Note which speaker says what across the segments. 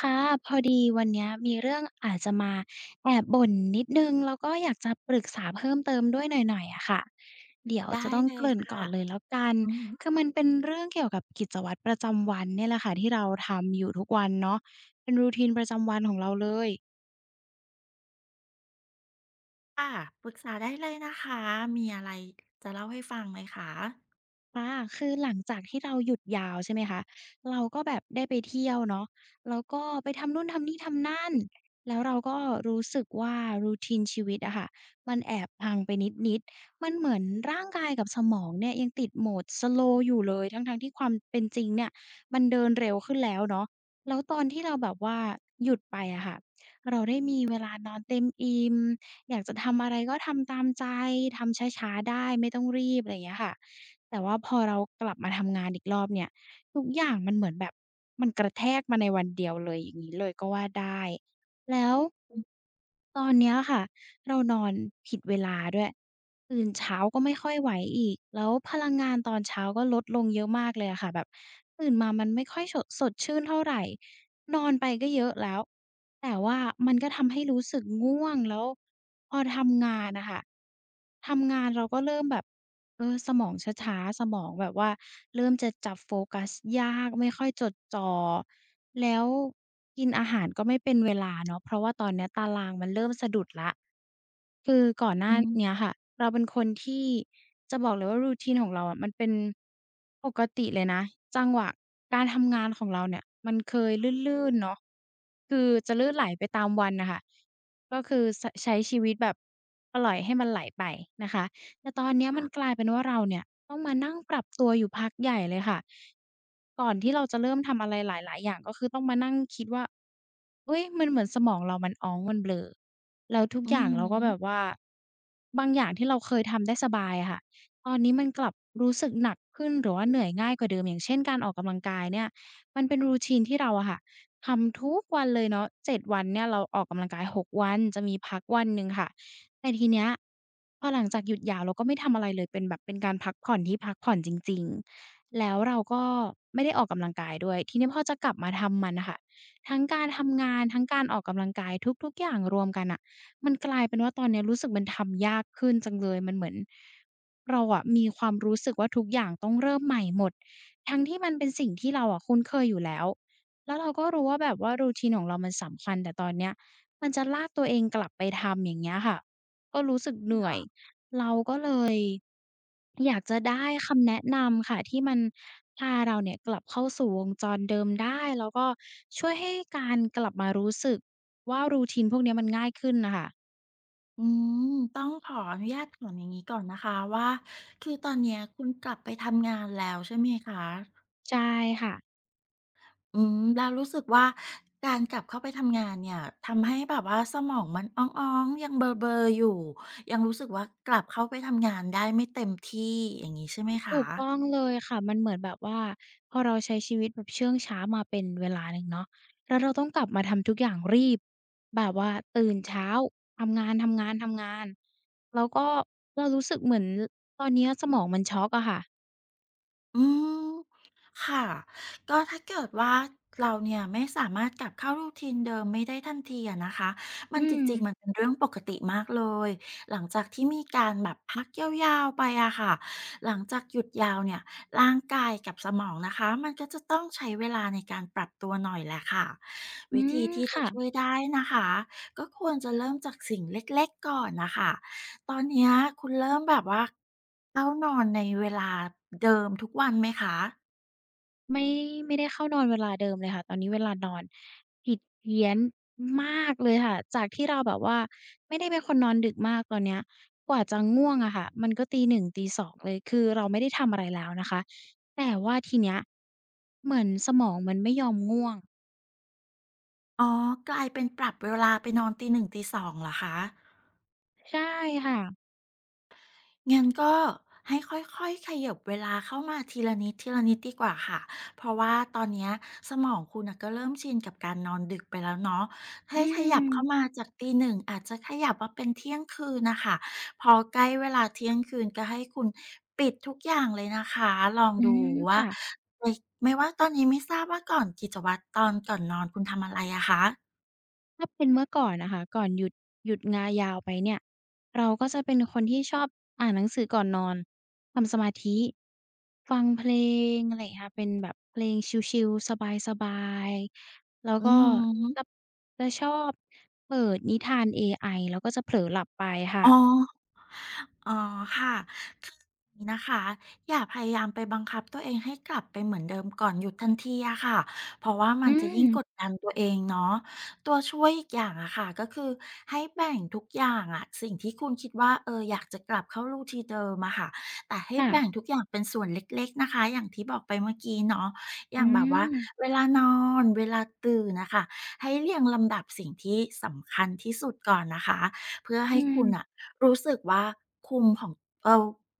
Speaker 1: ค่ะพอดีวันเนี้ยมีเรื่องอาจจะมาแอบบ่นนิดหนึ่งแล้วก็อยากจะปรึกษาเพิ่มเติมด้วยหน่อยๆอะค่ะเดี๋ยว
Speaker 2: ได้
Speaker 1: จะต้อง
Speaker 2: เล
Speaker 1: เก
Speaker 2: ย
Speaker 1: ริ่นก่
Speaker 2: ค่ะ
Speaker 1: อนเลยแล้วกัน
Speaker 2: อือฮึ
Speaker 1: คือมันเป็นเรื่องเกี่ยวกับกิจวัตรประจำวันเนี่ยแหละค่ะที่เราทำอยู่ทุกวันเนาะเป็น routine ประจำวันของเราเลย
Speaker 2: ค่ะปรึกษาได้เลยนะคะมีอะไรจะเล่าให้ฟังไหมคะ
Speaker 1: ค่ะคือหลังจากที่เราหยุดยาวใช่ไหมคะเราก็แบบได้ไปเที่ยวเนาะแล้วก็ไปทำนู่นทำนี่ทำนั่นแล้วเราก็รู้สึกว่า routine ชีวิตอะค่ะมันแอบพังไปนิดๆมันเหมือนร่างกายกับสมองเนี่ยยังติด mode slow อยู่เลยทั้งๆที่ความเป็นจริงเนี่ยมันเดินเร็วขึ้นแล้วเนาะแล้วตอนที่เราแบบว่าหยุดไปอะค่ะเราได้มีเวลานอนเต็มอิ่ม อยากจะทำอะไรก็ทำตามใจทำช้าๆได้ไม่ต้องรีบอะไรอย่างเงี้ยค่ะแต่ว่าพอเรากลับมาทำงานอีกรอบเนี่ยทุกอย่างมันเหมือนแบบมันกระแทกมาในวันเดียวเลยอย่างงี้เลยก็ว่าได้แล้ว
Speaker 2: อือ
Speaker 1: ตอนเนี้ยค่ะเรานอนผิดเวลาด้วยตื่นเช้าก็ไม่ค่อยไหวอีกแล้วพลังงานตอนเช้าก็ลดลงเยอะมากเลยอะค่ะแบบตื่นมามันไม่ค่อยชดสดชื่นเท่าไรนอนไปก็เยอะแล้ว แต่ว่ามันก็ทำให้รู้สึกง่วงแล้วพอทำงานน่ะค่ะทำงานเราก็เริ่มแบบสมองช้าๆสมองแบบว่าเริ่มจะจับโฟกัสยากไม่ค่อยจดจ่อแล้วกินอาหารก็ไม่เป็นเวลาเนาะเพราะว่าตอนเนี้ยตารางมันเริ่มสะดุดแล้ว คือก่อนหน้า
Speaker 2: อืม
Speaker 1: เนี้ยค่ะเราเป็นคนที่จะบอกเลยว่า routine ของเราอะมันเป็นปกติเลยนะจังหวะการทำงานของเราเนี่ยมันเคยลื่นๆเนาะคือจะลื่นไหลไปตามวันน่ะค่ะก็คือสใช้ชีวิตแบบปล่อยให้มันไหลไปนะคะ แต่ตอนเนี้ยมันก
Speaker 2: ค่ะ
Speaker 1: ลายเป็นว่าเราเนี่ยต้องมานั่งปรับตัวอยู่พักใหญ่เลยค่ะก่อนที่เราจะเริ่มทำอะไรหลายๆอย่างก็คือต้องมานั่งคิดว่าเฮ้ยมันเหมือนสมองเรามันอ้องมันเบลอแล้วทุกอ
Speaker 2: อื
Speaker 1: ย่า
Speaker 2: อ
Speaker 1: งเรา
Speaker 2: ฮึ
Speaker 1: ก็แบบว่าบางอย่างที่เราเคยทำได้สบายอะค่ะตอนนี้มันกลับรู้สึกหนักขึ้นหรือว่าเหนื่อยง่ายกว่าเดิมอย่างเช่นการออกกำลังกายเนี่ยมันเป็น routine ที่เราอะค่ะทำทุกวันเลยเนาะเจ็ดวันเนี่ยเราออกกำลังกาย6วันจะมีพักวันหนึ่งค่ะ แต่ทีเนี้ยพอหลังจากหยุดยาวเราก็ไม่ทำอะไรเลยเป็นแบบเป็นการพักผ่อนที่พักผ่อนจริงๆแล้วเราก็ไม่ได้ออกกำลังกายด้วยทีนี้พอจะกลับมาทำมันน่ะค่ะทั้งการทำงานทั้งการออกกำลังกายทุกๆอย่างรวมกันน่ะมันกลายเป็นว่าตอนเนี้ยรู้สึกมันทำยากขึ้นจังเลยมันเหมือนเราอะมีความรู้สึกว่าทุกอย่างต้องเริ่มใหม่หมดทั้งที่มันเป็นสิ่งที่เราอะคุ้นเคยอยู่แล้วแล้วเราก็รู้ว่าแบบว่า routine ของเรามันสำคัญแต่ตอนเนี้ยมันจะลากตัวเองกลับไปทำอย่างเงี้ยค่ะ ก็รู้สึกเหนื่อย
Speaker 2: ค่ะ
Speaker 1: เลยอยากจะได้คำแนะนำค่ะที่มันพาเราเนี่ยกลับเข้าสู่วงจรเดิมได้แล้วก็ช่วยให้การกลับมารู้สึกว่า routine พวกเนี้ยมันง่ายขึ้นน่ะค่ะ
Speaker 2: ออืมต้องขออนุญาตถามอย่างงี้ก่อนนะคะว่าคือตอนเนี้ยคุณกลับไปทำงานแล้วใช่ไหมคะ
Speaker 1: ใช่ค่ะ
Speaker 2: อืมแล้วรู้สึกว่าการกลับเข้าไปทำงานเนี่ยทำให้แบบว่าสมองมันอ๊องๆยังเบลอๆอยู่ยังรู้สึกว่ากลับเข้าไปทำงานได้ไม่เต็มที่อย่างงี้ใช่ไหม
Speaker 1: ถู
Speaker 2: คะ
Speaker 1: กต้องเลยค่ะมันเหมือนแบบว่าพอเราใช้ชีวิตแบบเชื่องช้ามาเป็นเวลาหนึ่งเนาะแล้วเราต้องกลับมาทำทุกอย่างรีบแบบว่าตื่นเช้าทำงานๆๆแล้วก็เรารู้สึกเหมือนตอนเนี้ยสมองมันช็อกอะค่ะ
Speaker 2: อืมค่ะก็ถ้าเกิดว่าเราเนี่ยไม่สามารถกลับเข้ารู u t i เดิมไม่ได้ทันทีอะนะคะมัน
Speaker 1: อื
Speaker 2: จ
Speaker 1: ม
Speaker 2: ริงๆมันเป็นเรื่องปกติมากเลยหลังจากที่มีการแบบพักยาวๆไปอะค่ะหลังจากหยุดยาวเนี่ยร่างกายกับสมองนะคะมันก็จะต้องใช้เวลาในการปรับตัวหน่อยแหละค่ะ
Speaker 1: อื
Speaker 2: วิธี
Speaker 1: ม
Speaker 2: ที่จะ
Speaker 1: ค่ะ
Speaker 2: ช่วยได้นะคะก็ควรจะเริ่มจากสิ่งเล็กๆก่อนน่ะค่ะ ตอนเนี้ยคุณเริ่มแบบว่าเข้านอนในเวลาเดิมทุกวันไหมคะ
Speaker 1: ไม่ไม่ได้เข้านอนเวลาเดิมเลยค่ะตอนนี้เวลานอนผิดเพี้ยนมากเลยค่ะจากที่เราแบบว่าไม่ได้เป็นคนนอนดึกมากตอนเนี้ยกว่าจะง่วงอะค่ะมันก็ตีหนึ่งตีสองเลยคือเราไม่ได้ทำอะไรแล้วนะคะแต่ว่าทีเนี้ยเหมือนสมองมันไม่ยอมง่วง
Speaker 2: อ๋อ กลายเป็นปรับเวลาไปนอนตีหนึ่งตีสองเหรอคะ
Speaker 1: ใช่ค่ะ
Speaker 2: งั้นก็ให้ค่อยๆขยับเวลาเข้ามาทีละนิดทีละนิดดีกว่าค่ะเพราะว่าตอนเนี้ยสมองคุณน่ะก็เริ่มชินกับการนอนดึกไปแล้วเนาะ
Speaker 1: อื
Speaker 2: ให้ข
Speaker 1: ม
Speaker 2: ยับเข้ามาจากตีหนึ่งอาจจะขยับมาเป็นเที่ยงคืนนะคะพอใกล้เวลาเที่ยงคืนก็ให้คุณปิดทุกอย่างเลยนะคะลอง
Speaker 1: อื
Speaker 2: ดู
Speaker 1: ม
Speaker 2: ว่า
Speaker 1: ค่ะ
Speaker 2: ไม่ไม่ว่าตอนนี้ไม่ทราบว่าก่อนกิจวัตรตอนก่อนนอนคุณทำอะไรอะคะ
Speaker 1: ถ้าเป็นเมื่อก่อนอะค่ะก่อนหยุดหยุดงายาวไปเนี่ยเราก็จะเป็นคนที่ชอบอ่านหนังสือก่อนนอนทำสมาธิฟังเพลงอะไรอย่างเงี้ยค่ะเป็นแบบเพลงชิลๆสบายๆแล้ว
Speaker 2: อื
Speaker 1: ก็จะ
Speaker 2: ม
Speaker 1: จะชอบเปิดนิทานเอไอแล้วก็จะเผลอหลับไปค่ะ
Speaker 2: อ๋อ อ๋อค่ะคืออย่างนี้นะคะอย่าพยายามไปบังคับตัวเองให้กลับไปเหมือนเดิมก่อนหยุดทันทีอะค่ะเพราะว่ามั
Speaker 1: อื
Speaker 2: นจะ
Speaker 1: ม
Speaker 2: ยิ่งกดดันตัวเองเนาะตัวช่วยอีกอย่างอะค่ะก็คือให้แบ่งทุกอย่างอะสิ่งที่คุณคิดว่าอยากจะกลับเข้ารูทีนเดิมอะค่ะแต่ให้
Speaker 1: ค่ะ
Speaker 2: แบ่งทุกอย่างเป็นส่วนเล็กๆนะคะอย่างที่บอกไปเมื่อกี้เนาะอ
Speaker 1: อื
Speaker 2: ย่างแบบว่า
Speaker 1: ม
Speaker 2: เวลานอนเวลาตื่นนะคะให้เรียงลำดับสิ่งที่สำคัญที่สุดก่อนนะคะ เพื่อ
Speaker 1: อื
Speaker 2: ให้คุณอะ
Speaker 1: ม
Speaker 2: รู้สึกว่าคุมของเออ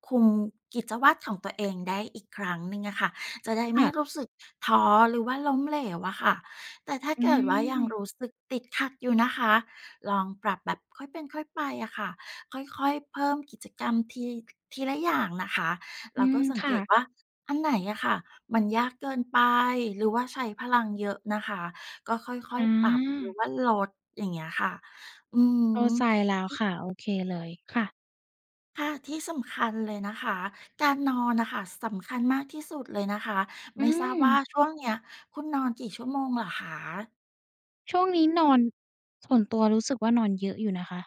Speaker 2: คุมกิจวัตรของตัวเองได้อีกครั้งหนึ่งอะค่ะจะได้ไม่รู้
Speaker 1: ค่ะ
Speaker 2: สึกท้อหรือว่าล้มเหลวอะค่ะแต่ถ้า
Speaker 1: อื
Speaker 2: เกิดว่ายัง
Speaker 1: ม
Speaker 2: รู้สึกติดขัดอยู่นะคะลองปรับแบบค่อยเป็นค่อยไปอะค่ะค่อยๆเพิ่มกิจกรรมทีละอย่างนะคะ
Speaker 1: อื
Speaker 2: แล้ว
Speaker 1: ม
Speaker 2: ก็สังเก
Speaker 1: ค่ะ
Speaker 2: ตว่าอันไหนอะค่ะมันยากเกินไปหรือว่าใช้พลังเยอะนะคะก็ค่อย
Speaker 1: อา
Speaker 2: ๆปรับหรือว่าลดอย่างเงี้ยค่ะอื
Speaker 1: เข้า
Speaker 2: ม
Speaker 1: ใจแล้วค่ะโอเคเลยค่ะ
Speaker 2: ค่ะที่สำคัญเลยนะคะการนอนน่ะค่ะสำคัญมากที่สุดเลยนะคะ
Speaker 1: อื
Speaker 2: ไม่ทราบ
Speaker 1: ม
Speaker 2: ว่าช่วงเนี้ยคุณนอนกี่ชั่วโมงเหรอคะ
Speaker 1: ช่วงนี้นอนส่วนตัวรู้สึกว่านอนเยอะอยู่นะคะ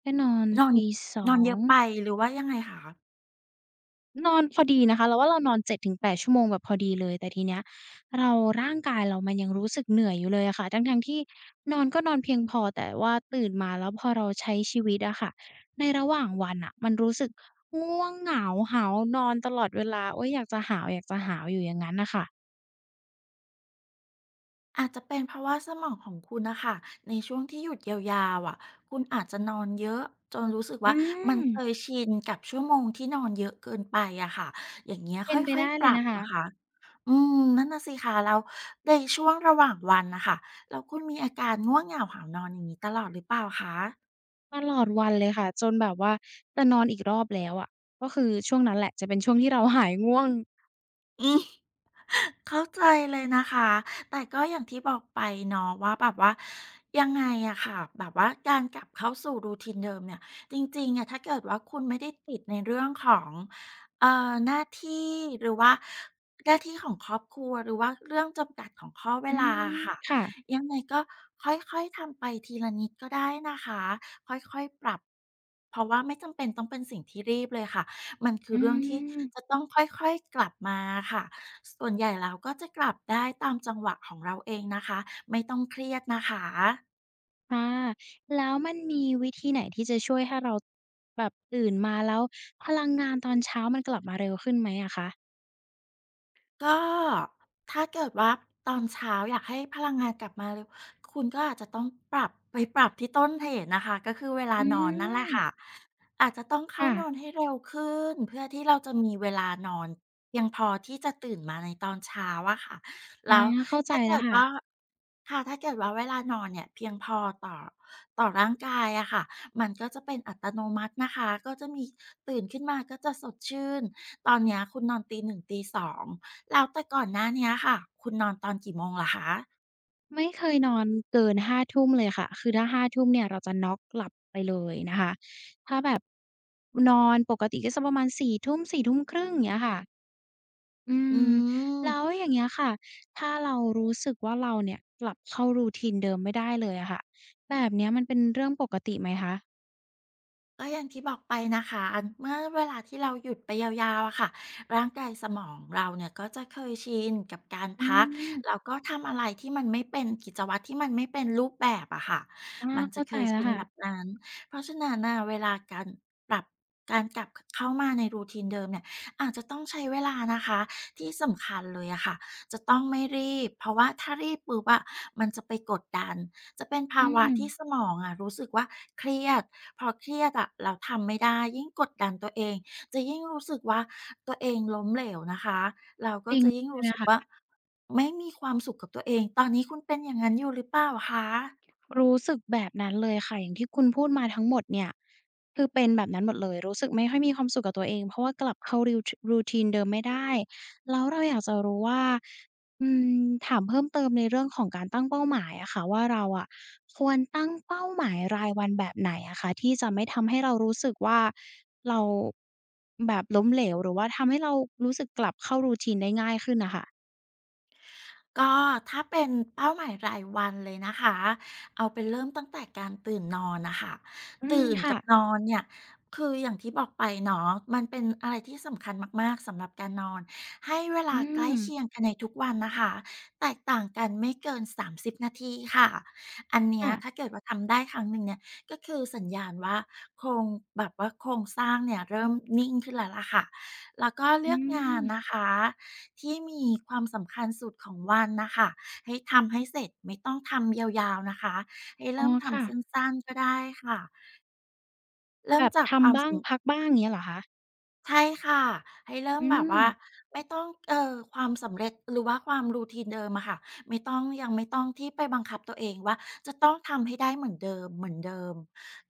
Speaker 1: ไดนอน
Speaker 2: นอน
Speaker 1: ตีส
Speaker 2: น
Speaker 1: อ
Speaker 2: อนเย
Speaker 1: ง
Speaker 2: อะไปหรือว่ายังไงคะ
Speaker 1: นอนพอดีนะคะเราว่าเรานอน7-8ชั่วโมงแบบพอดีเลยแต่ทีเนี้ยเราร่างกายเรามันยังรู้สึกเหนื่อยอยู่เลยอะค่ะทั้งๆที่นอนก็นอนเพียงพอแต่ว่าตื่นมาแล้วพอเราใช้ชีวิตอะค่ะในระหว่างวันน่ะมันรู้สึกง่วงเหงาหาวนอนตลอดเวลาโอ๊ยอยากจะหาวอยากจะหาวอยู่อย่างงั้นน่ะค่ะ
Speaker 2: อาจจะเป็นเพราะว่าสมองของคุณน่ะค่ะในช่วงที่หยุดยาวๆอะคุณอาจจะนอนเยอะจนรู้สึก
Speaker 1: อื
Speaker 2: ว่ามัน
Speaker 1: ม
Speaker 2: เคยชินกับชั่วโมงที่นอนเยอะเกินไปอะค่ะอย่างเงี้ย
Speaker 1: เป็
Speaker 2: ค
Speaker 1: นไป
Speaker 2: ่อย
Speaker 1: ได้
Speaker 2: ๆป
Speaker 1: เล
Speaker 2: รั
Speaker 1: ย
Speaker 2: บ
Speaker 1: นะคะ
Speaker 2: นะคะ อืมนั่นน่ะสิคะแล้วในช่วงระหว่างวันนะคะแล้วคุณมีอาการง่วงเหงาหาวนอนอย่างนี้ตลอดหรือเปล่าคะ
Speaker 1: ตลอดวันเลยค่ะจนแบบว่าจะนอนอีกรอบแล้วอะก็คือช่วงนั้นแหละจะเป็นช่วงที่เรา หายง่วง
Speaker 2: เข้าใจเลยนะคะ แต่ก็อย่างที่บอกไปเนาะว่าแบบว่ายังไงอะค่ะแบบว่าการกลับเข้าสู่ r ูทินเดิมเนี่ยจริงๆอะถ้าเกิดว่าคุณไม่ได้ติดในเรื่องของหน้าที่หรือว่าหน้าที่ของครอบครัวหรือว่าเรื่องจำกัดของข้อเว
Speaker 1: อื
Speaker 2: ลาะ
Speaker 1: ม
Speaker 2: ค่ะ
Speaker 1: ค่ะ
Speaker 2: ยังไงก็ค่อยๆทำไปทีละนิดก็ได้นะคะค่อยๆปรับเพราะว่าไม่จำเป็นต้องเป็นสิ่งที่รีบเลยค่ะมันคือ
Speaker 1: อื
Speaker 2: เรื่องที่จะ
Speaker 1: ม
Speaker 2: ต้องค่อยๆกลับมาค่ะ ส่วนใหญ่แล้วก็จะกลับได้ตามจังหวะของเราเองนะคะไม่ต้องเครียดนะคะ
Speaker 1: ค่ะแล้วมันมีวิธีไหนที่จะช่วยให้เราแบบตื่นมาแล้วพลังงานตอนเช้ามันกลับมาเร็วขึ้นไหมอะคะ
Speaker 2: ก็ถ้าเกิดว่าตอนเช้าอยากให้พลังงานกลับมาเร็วคุณก็อาจจะต้องปรับไปปรับที่ต้นเหตุนะคะก็คือเวลา
Speaker 1: อื
Speaker 2: นอนนั่นแหละ
Speaker 1: ม
Speaker 2: ค่ะอาจจะต้องเข้านอน
Speaker 1: ค่ะ
Speaker 2: ให้เร็วขึ้นเพื่อที่เราจะมีเวลานอนเพียงพอที่จะตื่นมาในตอนเช้าอะค่ะ
Speaker 1: อา
Speaker 2: แล้ว
Speaker 1: เข้าใจ
Speaker 2: ถ้าเกิ
Speaker 1: แล้ว
Speaker 2: ด
Speaker 1: ค่ะ
Speaker 2: ว่าค่ะถ้าเกิดว่าเวลานอนเนี่ยเพียงพอต่อต่อร่างกายอะค่ะมันก็จะเป็นอัตโนมัตินะคะก็จะมีตื่นขึ้นมาก็จะสดชื่นตอนเนี้ยคุณนอนตีหนึ่งตีสอง แล้วแต่ก่อนหน้าเนี้ยค่ะ คุณนอนตอนกี่โมงเหรอคะ
Speaker 1: ไม่เคยนอนเกินห้าทุ่มเลยค่ะคือถ้าห้าทุ่มเนี่ยเราจะน็อกหลับไปเลยนะคะถ้าแบบนอนปกติก็จะประมาณสี่ทุ่มสี่ทุ่มครึ่งอย่างเงี้ยค่ะ อื
Speaker 2: อื
Speaker 1: มแล้ว
Speaker 2: ม
Speaker 1: อย่างเงี้ยค่ะถ้าเรารู้สึกว่าเราเนี่ยกลับเข้ารูทีนเดิมไม่ได้เลยอะค่ะแบบเนี้ยมันเป็นเรื่องปกติไหมคะ
Speaker 2: ก็อย่างที่บอกไปนะคะเมื่อเวลาที่เราหยุดไปยาวๆอะค่ะร่างกายสมองเราเนี่ยก็จะเคยชินกับการ
Speaker 1: อื
Speaker 2: พักแล้ว
Speaker 1: ม
Speaker 2: ก็ทำอะไรที่มันไม่เป็นกิจวัตรที่มันไม่เป็นรูปแบบอะค่ะ
Speaker 1: อา
Speaker 2: มันจะ
Speaker 1: เข้า
Speaker 2: เค
Speaker 1: ใจ
Speaker 2: ย
Speaker 1: แล้ว
Speaker 2: ชินแบบ
Speaker 1: ค่ะ
Speaker 2: นั้นเพราะฉะนั้นน่ะเวลาการปรับการกลับเข้ามาในรูทีนเดิมเนี่ยอาจจะต้องใช้เวลานะคะที่สำคัญเลยอะค่ะจะต้องไม่รีบเพราะว่าถ้ารีบปุ๊บอะมันจะไปกดดัน จะเป็น
Speaker 1: อื
Speaker 2: ภาวะ
Speaker 1: ม
Speaker 2: ที่สมองอะรู้สึกว่าเครียดพอเครียดอะเราทำไม่ได้ยิ่งกดดันตัวเองจะยิ่งรู้สึกว่าตัวเองล้มเหลวนะคะเรา
Speaker 1: จ
Speaker 2: ก็
Speaker 1: ริง
Speaker 2: จะยิ่ง
Speaker 1: เลย
Speaker 2: รู้
Speaker 1: นะ
Speaker 2: สึกว่า
Speaker 1: คะ
Speaker 2: ไม่มีความสุขกับตัวเองตอนนี้คุณเป็นอย่างนั้นอยู่หรือเปล่าคะ
Speaker 1: รู้สึกแบบนั้นเลยค่ะอย่างที่คุณพูดมาทั้งหมดเนี่ยคือเป็นแบบนั้นหมดเลยรู้สึกไม่ค่อยมีความสุขกับตัวเองเพราะว่ากลับเข้า routine เดิมไม่ได้แล้วเราอยากจะรู้ว่าอืมถามเพิ่มเติมในเรื่องของการตั้งเป้าหมายอะค่ะว่าเราอะควรตั้งเป้าหมายรายวันแบบไหนอะคะที่จะไม่ทำให้เรารู้สึกว่าเราแบบล้มเหลวหรือว่าทำให้เรารู้สึกกลับเข้า routine ได้ง่ายขึ้นน่ะค่ะ
Speaker 2: ก็ถ้าเป็นเป้าหมายรายวันเลยนะคะเอาเป็นเริ่มตั้งแต่การตื่นนอนนะคะ
Speaker 1: อืม
Speaker 2: ตื่น
Speaker 1: ค่ะ
Speaker 2: กับนอนเนี่ยคืออย่างที่บอกไปเนาะมันเป็นอะไรที่สำคัญมากๆสำหรับการนอนให้เว
Speaker 1: อื
Speaker 2: ลาใกล้
Speaker 1: ม
Speaker 2: เคียงกันในทุกวันนะคะแตกต่างกันไม่เกิน30นาทีค่ะอันเนี้ย
Speaker 1: ค่ะ
Speaker 2: ถ้าเกิดว่าทำได้ครั้งหนึ่งเนี่ยก็คือสัญญาณว่าโครงแบบว่าโครงสร้างเนี่ยเริ่มนิ่งขึ้นแล้วล่ะค่ะแล้วก็
Speaker 1: อื
Speaker 2: เลือกงาน
Speaker 1: ม
Speaker 2: นะคะ ที่มีความสำคัญสุดของวันนะคะให้ทำให้เสร็จไม่ต้องทำยาวๆนะคะให้
Speaker 1: อ๋อ
Speaker 2: เริ่ม
Speaker 1: ค่ะ
Speaker 2: ทำสั้นๆก็ได้ค่ะเริ่
Speaker 1: แบ
Speaker 2: ม
Speaker 1: บ
Speaker 2: จากความ
Speaker 1: ทำ
Speaker 2: ส
Speaker 1: บ้าง
Speaker 2: ม
Speaker 1: พักบ้างเงี้ยเหรอคะ
Speaker 2: ใช่ค่ะให้เริ่ม
Speaker 1: อื
Speaker 2: แบบ
Speaker 1: ม
Speaker 2: ว่าไม่ต้องความสำเร็จหรือว่าความ routine เดิมอะค่ะไม่ต้องยังไม่ต้องที่ไปบังคับตัวเองว่าจะต้องทำให้ได้เหมือนเดิมเหมือนเดิม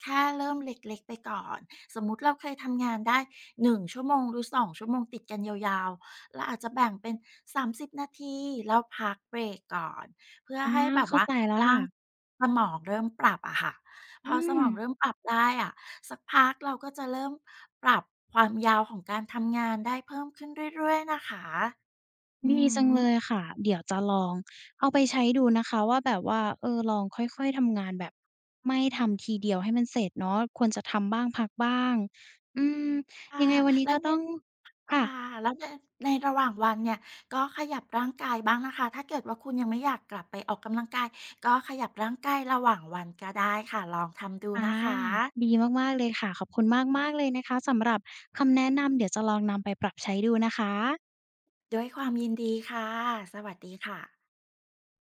Speaker 2: แค่เริ่มเล็กๆไปก่อนสมมุติเราเคยทำงานได้หน1ชั่วโมงหรือ2ชั่วโมงติดกันยาวๆเราอาจจะแบ่งเป็น30นาทีแล้วพักเบรกก่อนเพื่อ
Speaker 1: อา
Speaker 2: ให้แบบ
Speaker 1: เข้า
Speaker 2: ว่า
Speaker 1: ใจแล้ว
Speaker 2: ร่า
Speaker 1: ค่ะ
Speaker 2: งสมองเริ่มปรับอะค่ะ พ
Speaker 1: อื
Speaker 2: อสม
Speaker 1: ม
Speaker 2: องเริ่มปรับได้อะสักพักเราก็จะเริ่มปรับความยาวของการทำงานได้เพิ่มขึ้นเรื่อยๆนะคะอื
Speaker 1: ดีจัง
Speaker 2: อ
Speaker 1: เลยค่ะเดี๋ยวจะลองเอาไปใช้ดูนะคะว่าแบบว่าเออลองค่อยๆทำงานแบบไม่ทำทีเดียวให้มันเสร็จเนาะควรจะทำบ้างพักบ้างอืมยั
Speaker 2: ค่ะ
Speaker 1: งไงวันนี้
Speaker 2: แล้ว
Speaker 1: ก็
Speaker 2: ใน
Speaker 1: ต้อง
Speaker 2: ค่ะ
Speaker 1: ค่ะ
Speaker 2: แล้วในในระหว่างวันเนี่ยก็ขยับร่างกายบ้างนะคะถ้าเกิดว่าคุณยังไม่อยากกลับไปออกกำลังกายก็ขยับร่างกายระหว่างวันก็ได้ค่ะลองทำดู
Speaker 1: อา
Speaker 2: นะคะ
Speaker 1: ดีมากๆเลยค่ะขอบคุณมากๆเลยนะคะสำหรับคำแนะนำเดี๋ยวจะลองนำไปปรับใช้ดูนะคะ
Speaker 2: ด้วยความยินดีค่ะสวัสดีค่ะ